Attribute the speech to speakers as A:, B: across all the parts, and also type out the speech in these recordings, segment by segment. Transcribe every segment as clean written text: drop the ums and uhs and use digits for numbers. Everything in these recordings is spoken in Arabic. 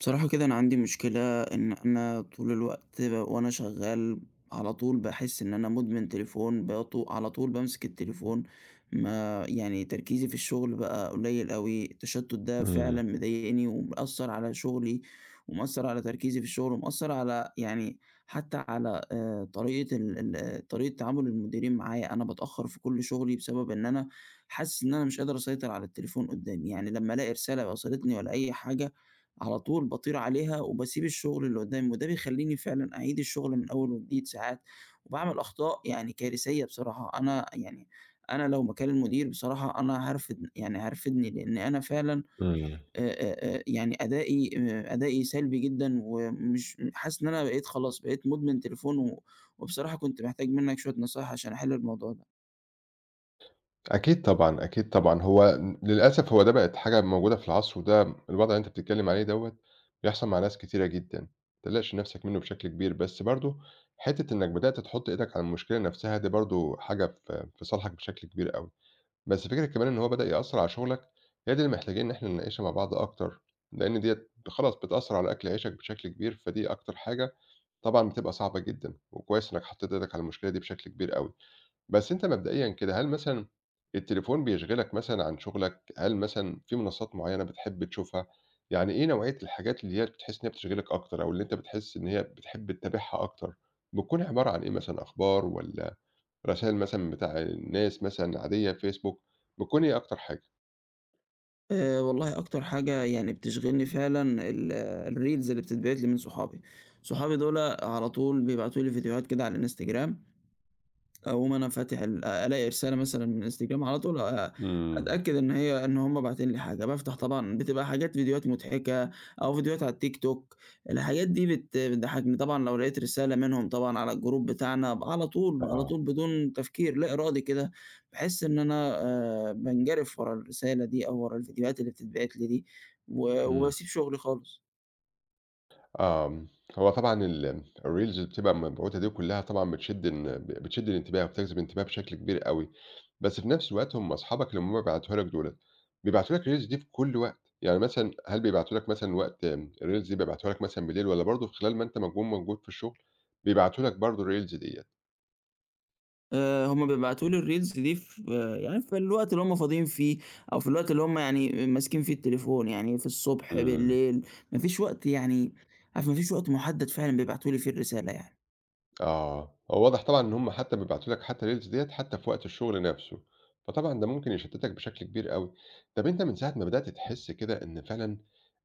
A: بصراحة كده أنا عندي مشكلة إن أنا طول الوقت وأنا شغال على طول بحس إن أنا مدمن تليفون. على طول بمسك التليفون. ما يعني تركيزي في الشغل بقى قليل أوي. التشتت ده
B: إمم،
A: فعلا مضايقني ومأثر على شغلي، ومأثر على تركيزي في الشغل، ومأثر على يعني حتى على طريقة طريقة تعامل المديرين معايا. أنا بتأخر في كل شغلي بسبب إن أنا حاسس إن أنا مش قادر أسيطر على التليفون قدامي. يعني لما ألاقي رسالة وصلتني ولا أي حاجة على طول باطير عليها وباسيب الشغل اللي قدامي، وده بيخلّيني فعلًا أعيد الشغل من أول وجديد ساعات، وباعمل أخطاء يعني كارثية بصراحة. أنا يعني أنا لو مكان المدير بصراحة أنا هارفدني، لإن أنا فعلًا
B: إمم.
A: آآ يعني أدائي سلبي جدًا، ومش حاسس إن أنا بقيت خلاص. بقيت مدمن تليفون، و وبصراحة كنت محتاج منّك شوية نصايح عشان أحل الموضوع ده.
B: أكيد طبعًا، أكيد طبعًا. هو ن للأسف هو ده بقت حاجة موجودة في العصر وده الوضع اللي أنت بتتكلّم عليه دوّة بيحصل مع ناس كتيرة جدًا، ما تقلقش نَفْسك منّه بشكل كبير، بس برضه حتّة إنّك بدأت تحُط إيدك على المشكلة نَفْسها دي برضه حاجة في صالحك بشكل كبير أوي. بس فكرة كمان إن هو بدأ يأثّر على شُغلك، هي دي اللي محتاجين إن إحنا نناقشها مع بعض أكتر، لإن ديّة خلاص بتأثّر على أكل عيشك بشكل كبير، فدي أكتر حاجة طبعًا بتبقى صعبة جدًا وكويس إنّك حطّيت إيدك على المشكلة دي بشكل كبير أوي. بس أنت مبدئيًا كده، هل مثلًا التليفون بيشغلك مثلًا عن شغلك؟ هل مثلًا في منصات معيّنة بتحب تشوفها؟ يعني إيه نوعية الحاجات اللي هي بتحس إن هي بتشغلك أكتر، أو اللي أنت بتحس إن هي بتحب تتابعها أكتر؟ بتكون عبارة عن إيه مثلًا، أخبار والّا رسايل مثلًا بتاع الناس مثلًا عادية فيسبوك، بتكون إيه أكتر حاجة؟
A: والله أكتر حاجة يعني بتشغلني فعلًا الreels اللي بتتبعت لي من صحابي. صحابي دُولة على طول بيبعتوا لي فيديوهات كده على الإنستجرام. أقوم أنا فاتح ألاقي رسالة مثلًا من إنستجرام، على طول
B: إمم،
A: أتأكد إن هم باعتين لي حاجة. بافتح، طبعًا بتبقى حاجات فيديوهات مضحكة أو فيديوهات على التيك توك. الحاجات دي بتضحكني. طبعًا لو لقيت رسالة منهم طبعًا على الجروب بتاعنا على طول،
B: آه،
A: بدون تفكير لا إرادي كده، باحس إن أنا بانجرف ورا الرسالة دي أو ورا الفيديوهات اللي بتتبعت لي دي، و
B: إمم.
A: وباسيب شغلي خالص.
B: آمم، هو طبعًا الreels بتبقى مبعوتة دي كلّها طبعًا بتشد الانتباه وبتجذب الانتباه بشكل كبير أوي، بس في نفس الوقت هم أصحابك اللي هم بيبعتوها لك دُولة، بيبعتوا لك الreels دي في كل وقت، يعني مثلًا هل بيبعتوا لك مثلًا وقت الreels دي بيبعتوها لك مثلًا بالليل والّا برضه خلال ما أنت ما تكون موجود في الشغل بيبعتوا لك برضه الreels ديّة؟
A: هم بيبعتوا لي الreels دي في آه، يعني في الوقت اللي هم فاضيين فيه، أو في الوقت اللي هم يعني ماسكين فيه التليفون، يعني في الصبح،
B: إمم.
A: بالليل. ما فيش وقت، يعني عارف، ما فيش وقت محدد فعلًا بيبعتوا لي فيه الرسالة يعني.
B: آه، هو واضح طبعًا إن هم حتى بيبعتوا لك حتى الreels ديّة حتى في وقت الشغل نفسه، فطبعًا ده ممكن يشتتك بشكل كبير أوي. طَب أنت من ساعة ما بدأت تحس كده إن فعلًا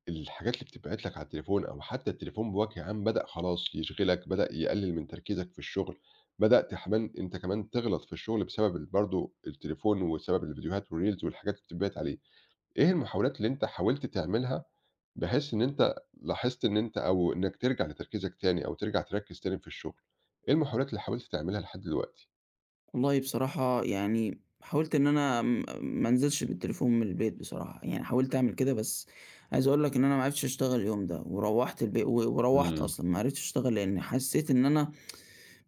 B: الحاجات اللي بتبعت لك على التليفون أو حتى التليفون بوجه عام بدأ خلاص يشغلك، بدأ يقلل من تركيزك في الشغل، بدأت كمان أنت كمان تغلط في الشغل بسبب برضه التليفون وبسبب الفيديوهات والreels والحاجات اللي بتتبعت عليه، إيه المحاولات اللي أنت حاولت تعملها بحيث إن أنت لاحظت إن أنت أو إنك ترجع لتركيزك تاني أو ترجع تركز تاني في الشغل؟ إيه المحاولات اللي حاولت تعملها لحد دلوقتي؟
A: والله بصراحة يعني حاولت إن أنا ما انزلش بالتليفون من البيت بصراحة. يعني حاولت أعمل كده، بس عايز أقول لك إن أنا ما عرفتش أشتغل اليوم ده. وروّحت البي و وروّحت
B: إمم.
A: أصلًا، ما عرفتش أشتغل لإن حسيت إن أنا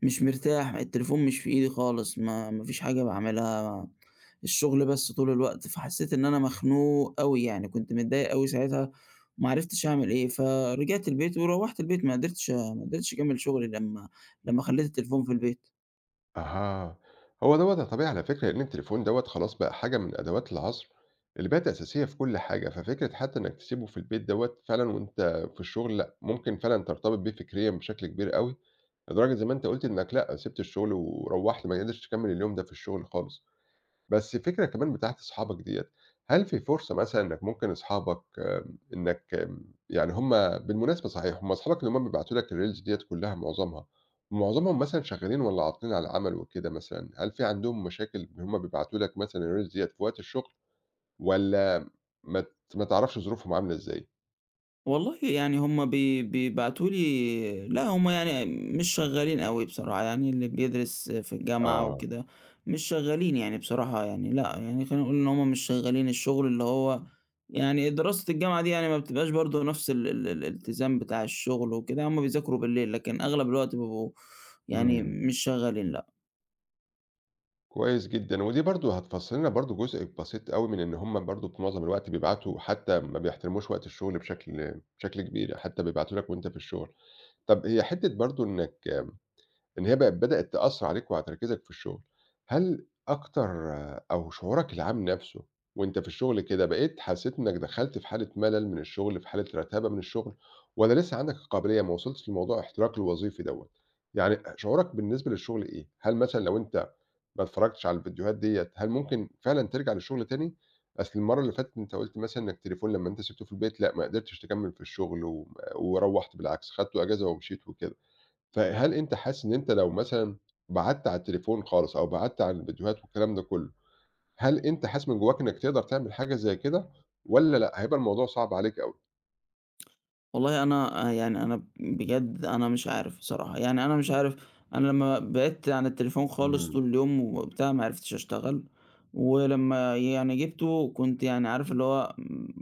A: مش مرتاح. التليفون مش في إيدي خالص. ما فيش حاجة باعملها، الشغل بس طول الوقت. فحسيت إن أنا مخنوق أوي، يعني كنت متضايق أوي ساعتها وما عرفتش أعمل إيه، فرجعت البيت وروّحت البيت. ما قدرتش أكمّل شغلي لمّا خلّيت التليفون في البيت.
B: أها هو دوّة يا طبيعي على فكرة لأن التليفون دوّة خلاص بقى حاجة من أدوات العصر اللي بقت أساسية في كل حاجة، ففكرة حتى إنك تسيبه في البيت دوّة فعلًا وأنت في الشغل لأ، ممكن فعلًا ترتبط بيه فكريًا بشكل كبير أوي، لدرجة زي ما أنت قُلت إنك لأ، سِبت الشغل وروّحت ما قدرتش تكمّل اليوم ده في الشغل خالص. بس الفكرة كمان بتاعة أصحابك ديّة، هل في فرصة مثلًا إنّك ممكن أصحابك إنّك يعني بالمناسبة صحيح، هُم أصحابك اللي هُم بيبعتوا لك الreels ديّة كلّها معظمها، معظمهم مثلًا شغّالين والّا عاطلين عن العمل وكده مثلًا، هل في عندهم مشاكل إن هُم بيبعتوا لك مثلًا الreels ديّة في وقت الشغل والّا ما تعرفش ظروفهم عاملة إزاي؟
A: والله، يعني هم بيبعتوا لي، لأ هم يعني مش شغالين أوي بصراحة. يعني اللي بيدرس في الجامعة
B: آه،
A: وكده مش شغالين، يعني بصراحة يعني لأ. يعني خلّينا نقول إن هم مش شغالين. الشغل اللي هو يعني دراسة الجامعة دي، يعني ما بتبقاش برضه نفس ال ال الالتزام بتاع الشغل وكده. هم بيذاكروا بالليل، لكن أغلب الوقت بيبقوا يعني
B: إمم.
A: مش شغالين لأ.
B: كويس جدًا، ودي برضه هتفسر لنا برضه جزء بسيط أوي من إن هُم برضه في معظم الوقت بيبعتوا حتى ما بيحترموش وقت الشغل بشكل كبير، حتى بيبعتوا لك وأنت في الشغل. طَب هي حتّة برضه إنّك إن هي بقت بدأت تأثّر عليك وعلى تركيزك في الشغل، هل أكتر أو شعورك العام نَفْسه وأنت في الشغل كده، بقيت حسّيت إنّك دخلت في حالة ملل من الشغل، في حالة رتابة من الشغل والّا لسه عندك القابلية ما وصلتش لموضوع احتراق الوظيفي دوّة؟ يعني شعورك بالنسبة للشغل إيه؟ هل مثلًا لو أنت ما اتفرّجتش على الفيديوهات ديّة، هل ممكن فعلًا ترجع للشغل تاني؟ أصل المَرّة اللي فاتت أنت قُلت مثلًا إنّك التليفون لمّا أنت سِبته في البيت لأ، ما قدرتش تكمّل في الشغل وروّحت بالعكس، خدته إجازة ومشيت وكده. فهل أنت حاسس إن أنت لو مثلًا بعدت على التليفون خالص أو بعدت عن الفيديوهات والكلام ده كله، هل أنت حاسس من جواك إنك تقدر تعمل حاجة زي كده والّا لأ، هيبقى الموضوع صعب عليك أوي؟
A: والله أنا يعني أنا بجد أنا مش عارف بصراحة. يعني أنا مش عارف. أنا لمّا بعدت عن التليفون خالص
B: إمم،
A: طول اليوم وبتاع ما عرفتش أشتغل. ولمّا يعني جِبته، كنت يعني عارف اللي هو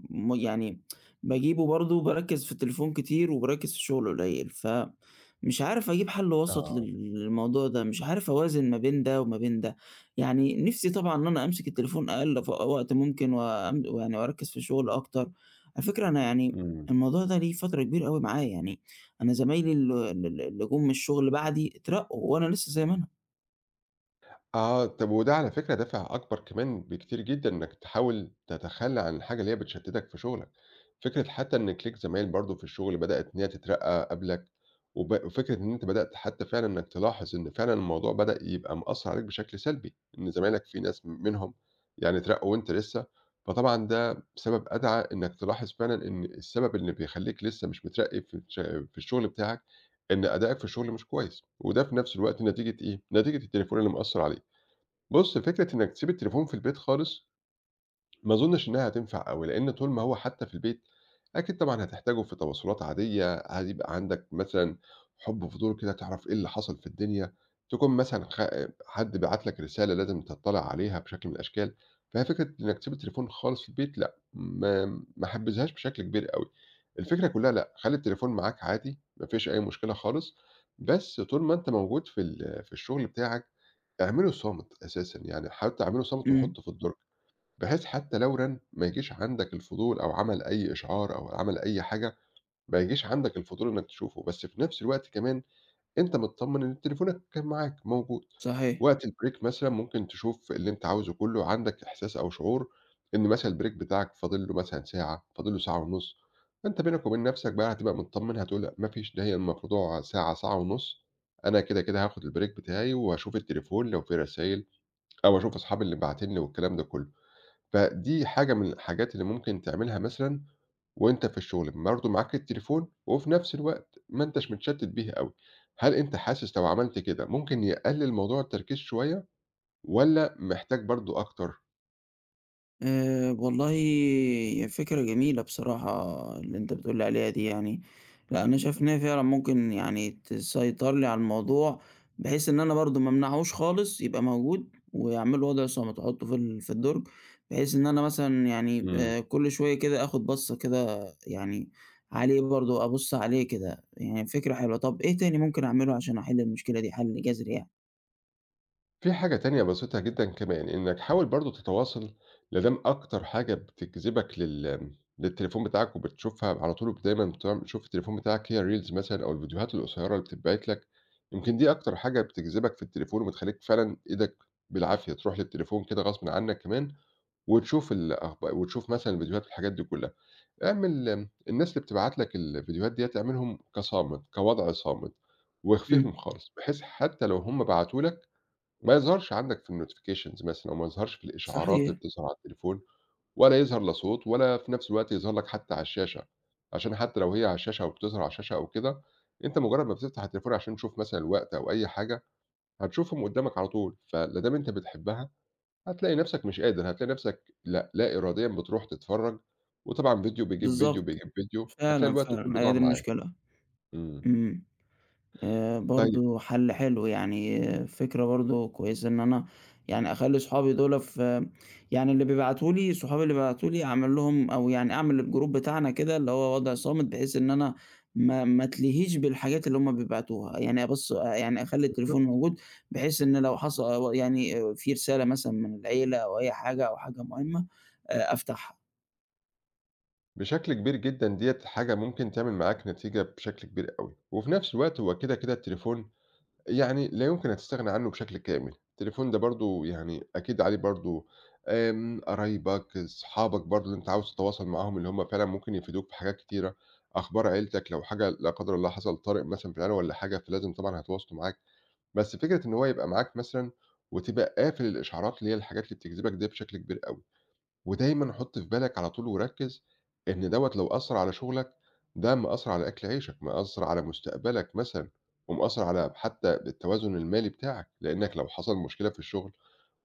A: يعني باجيبه برضه، باركّز في التليفون كتير وباركّز في الشغل قليل. فمش عارف أجيب حل وسط
B: آه،
A: للموضوع ده. مش عارف أوازن ما بين ده وما بين ده. يعني نِفْسي طبعًا إن أنا أمسك التليفون أقل وقت ممكن، وأم ويعني وأركّز في الشغل أكتر. على فكرة أنا يعني
B: إمم،
A: الموضوع ده ليه فترة كبيرة أوي معايا. يعني أنا زمايلي ال ال ال اللي جُم من الشغل بعدي اترقّوا وأنا لسه زي ما أنا.
B: آه، طب وده على فكرة دافع أكبر كمان بكتير جدًا إنك تحاول تتخلى عن الحاجة اللي هي بتشتتك في شغلك. فكرة حتى إنِّك ليك زمايل برضه في الشغل بدأت إن هي تترقّى قبلك، وفكرة إن أنت بدأت حتى فعلًا إنك تلاحظ إن فعلًا الموضوع بدأ يبقى مأثّر عليك بشكل سلبي، إن زمايلك في ناس منهم يعني اترقّوا وأنت لسه، فطبعًا ده سبب أدعى إنك تلاحظ فعلًا إن السبب اللي بيخلّيك لسه مش مترقّي في الشغل بتاعك، إن أدائك في الشغل مش كويس، وده في نفس الوقت نتيجة إيه، نتيجة التليفون اللي مأثّر عليك. بُص، فكرة إنك تسيب التليفون في البيت خالص ما أظنش إنها هتنفع أوي، لإن طول ما هو حتى في البيت أكيد طبعًا هتحتاجه في تواصلات عادية، هيبقى عندك مثلًا حُب فضول كده تعرف إيه اللي حصل في الدنيا، تكون مثلًا حد بَعت لك رسالة لازم تطّلع عليها بشكل من الأشكال، فهي فكرة إنك تسيب التليفون خالص في البيت لأ، ما حبذهاش بشكل كبير أوي. الفكرة كلّها لأ، خلّي التليفون معاك عادي، ما فيش أي مشكلة خالص، بس طول ما أنت موجود في الشغل بتاعك اعمله صامت أساسًا، يعني حتى اعمله صامت
A: إمم،
B: وحُطّه في الدرج. بحيث حتى لو رن، ما يجيش عندك الفضول أو عمل أي إشعار أو عمل أي حاجة، ما يجيش عندك الفضول إنك تشوفه، بس في نفس الوقت كمان أنت متطمن إن تليفونك كان معاك موجود،
A: صحيح.
B: وقت البريك مثلًا ممكن تشوف اللي أنت عاوزه كله، عندك إحساس أو شعور إن مثلًا البريك بتاعك فاضل له مثلًا ساعة، فاضل له ساعة ونُص، فأنت بينك وبين نفسك بقى هتبقى متطمن هتقول لأ ما فيش ده هي الموضوع ساعة، ساعة ونُص، أنا كده، كده هاخد البريك بتاعي وهاشوف التليفون لو في رسايل أو أشوف أصحابي اللي باعتين لي والكلام ده كله. فدي حاجة من الحاجات اللي ممكن تعملها مثلًا وأنت في الشغل، برضه معاك التليفون وفي نفس الوقت ما أنتاش متشتت بيه أوي. هل أنت حاسس لو عملت كده ممكن يقلل موضوع التركيز شوية والّا محتاج برضه أكتر؟
A: والله هي فكرة جميلة بصراحة اللي أنت بتقول لي عليها دي، يعني لأ، أنا شايف إن هي فعلًا ممكن يعني تسيطر لي على الموضوع، بحيث إن أنا برضه ما امنعهوش خالص. يبقى موجود، وأعمل له وضع صامت، أحطه في في الدرج. بحيث إن أنا مثلًا يعني
B: إمم.
A: كل شوية كده آخد بصّة كده، يعني عليه برضه أبُص عليه كده. يعني فكرة حلوة. طب إيه تاني ممكن أعمله عشان أحل المشكلة دي حل جذري يعني؟
B: في حاجة تانية بسيطة جدًا كمان، إنك حاول برضه تتواصل لا دام أكتر حاجة بتجذبك للتليفون بتاعك وبتشوفها على طول دايمًا بتقعد تشوف التليفون بتاعك هي الreels مثلًا أو الفيديوهات القصيرة اللي بتتبعت لك، يمكن دي أكتر حاجة بتجذبك في التليفون وبتخلّيك فعلًا إيدك بالعافية تروح للتليفون كده غصبٍ عنك كمان وتشوف الأخبار وتشوف مثلًا الفيديوهات والحاجات دي كلّها. اعمل الناس اللي بتبعت لك الفيديوهات ديّة اعملهم كصامت، كوضع صامت
A: إمم،
B: واخفِهم خالص، بحيث حتى لو هم بعتوا لك ما يظهرش عندك في الnotifications مثلًا، أو ما يظهرش في الإشعارات اللي
A: صحيح،
B: بتظهر على التليفون، ولا يظهر لا صوت، ولا في نفس الوقت يظهر لك حتى على الشاشة، عشان حتى لو هي على الشاشة أو بتظهر على الشاشة أو كده، أنت مجرد ما بتفتح التليفون عشان تشوف مثلًا الوقت أو أي حاجة، هتشوفهم قدامك على طول، فلا دام أنت بتحبها هتلاقي نفسك مش قادر، هتلاقي نفسك لأ، لا إراديًا بتروح تتفرج، وطبعًا فيديو بيجيب فيديو،
A: بالضبط،
B: بيجيب فيديو، هتلاقي
A: فعلًا،
B: الوقت كله
A: فعلًا، هي
B: ضاع
A: دي
B: معاك.
A: المشكلة.
B: إمم،
A: إمم.
B: طيب
A: برضه حَل حلو، يعني آه، فكرة برضه كويسة إن أنا يعني أخلّي صحابي دُولة في آه، يعني اللي بيبعتوا لي. صحابي اللي بيبعتوا لي أعمل لهم، أو يعني أعمل الجروب بتاعنا كده اللي هو وضع صامت، بحيث إن أنا ما أتلهيش بالحاجات اللي هُم بيبعتوها، يعني بس يعني أخلّي التليفون موجود بحيث إن لو يعني في رسالة مثلًا من العيلة أو أي حاجة أو حاجة مهمة، أفتحها.
B: بشكل كبير جدًا ديّة حاجة ممكن تعمل معاك نتيجة بشكل كبير أوي، وفي نفس الوقت هو كده، كده التليفون يعني لا يمكن أن تستغنى عنه بشكل كامل، التليفون ده برضه يعني أكيد عليه برضه قرايبك، أصحابك برضه اللي أنت عاوز تتواصل معاهم اللي هم فعلًا ممكن يفيدوك في حاجات كتيرة، أخبار عيلتك لو حاجة لا قدر الله حصل طارئ مثلًا في العيلة والّا حاجة، فلازم طبعًا هيتواصلوا معاك، بس فكرة إن هو يبقى معاك مثلًا وتبقى قافل الإشعارات اللي هي الحاجات اللي بتجذبك ديّة بشكل كبير أوي. ودايمًا حُط في بالك على طول وركّز إن دوّة لو أثّر على شغلك، ده مأثّر على أكل عيشك، مأثّر على مستقبلك مثلًا، ومأثّر على حتى التوازن المالي بتاعك، لإنّك لو حصل مشكلة في الشغل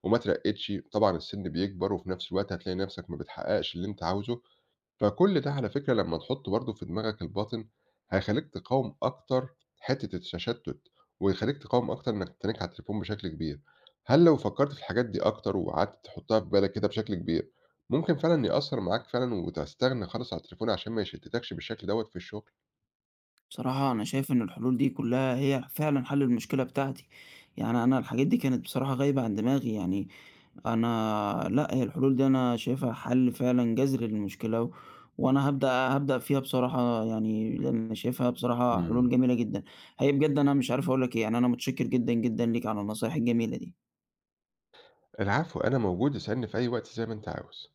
B: وما اترقّيتش، طبعًا السِن بيكبر وفي نفس الوقت هتلاقي نفسك ما بتحقّقش اللي أنت عاوزه، فكل ده على فكرة لمّا تحُطّه برضه في دماغك الباطن، هيخلّيك تقاوم أكتر حتّة التشتُّت، ويخلّيك تقاوم أكتر إنّك تتنّك على التليفون بشكل كبير. هل لو فكّرت في الحاجات دي أكتر وقعدت تحُطّها في بالك كده بشكل كبير، ممكن فعلًا يأثّر معاك فعلًا وتستغنى خالص عن التليفون عشان ما يشتّتكش بالشكل دوّة في الشغل؟
A: بصراحة أنا شايف إن الحلول دي كلّها هي فعلًا حل المشكلة بتاعتي. يعني أنا الحاجات دي كانت بصراحة غايبة عن دماغي. يعني أنا لأ، هي الحلول دي أنا شايفها حل فعلًا جذري للمشكلة، و وأنا هابدأ فيها بصراحة، يعني لإن أنا شايفها بصراحة حلول
B: إمم.
A: جميلة جدًا. حقيقي بجد أنا مش عارف أقول لك إيه، يعني أنا متشكر جدًا، جدًا ليك على النصايح الجميلة دي.
B: العفو، أنا موجود، اسألني في أي وقت زي ما أنت عاوز.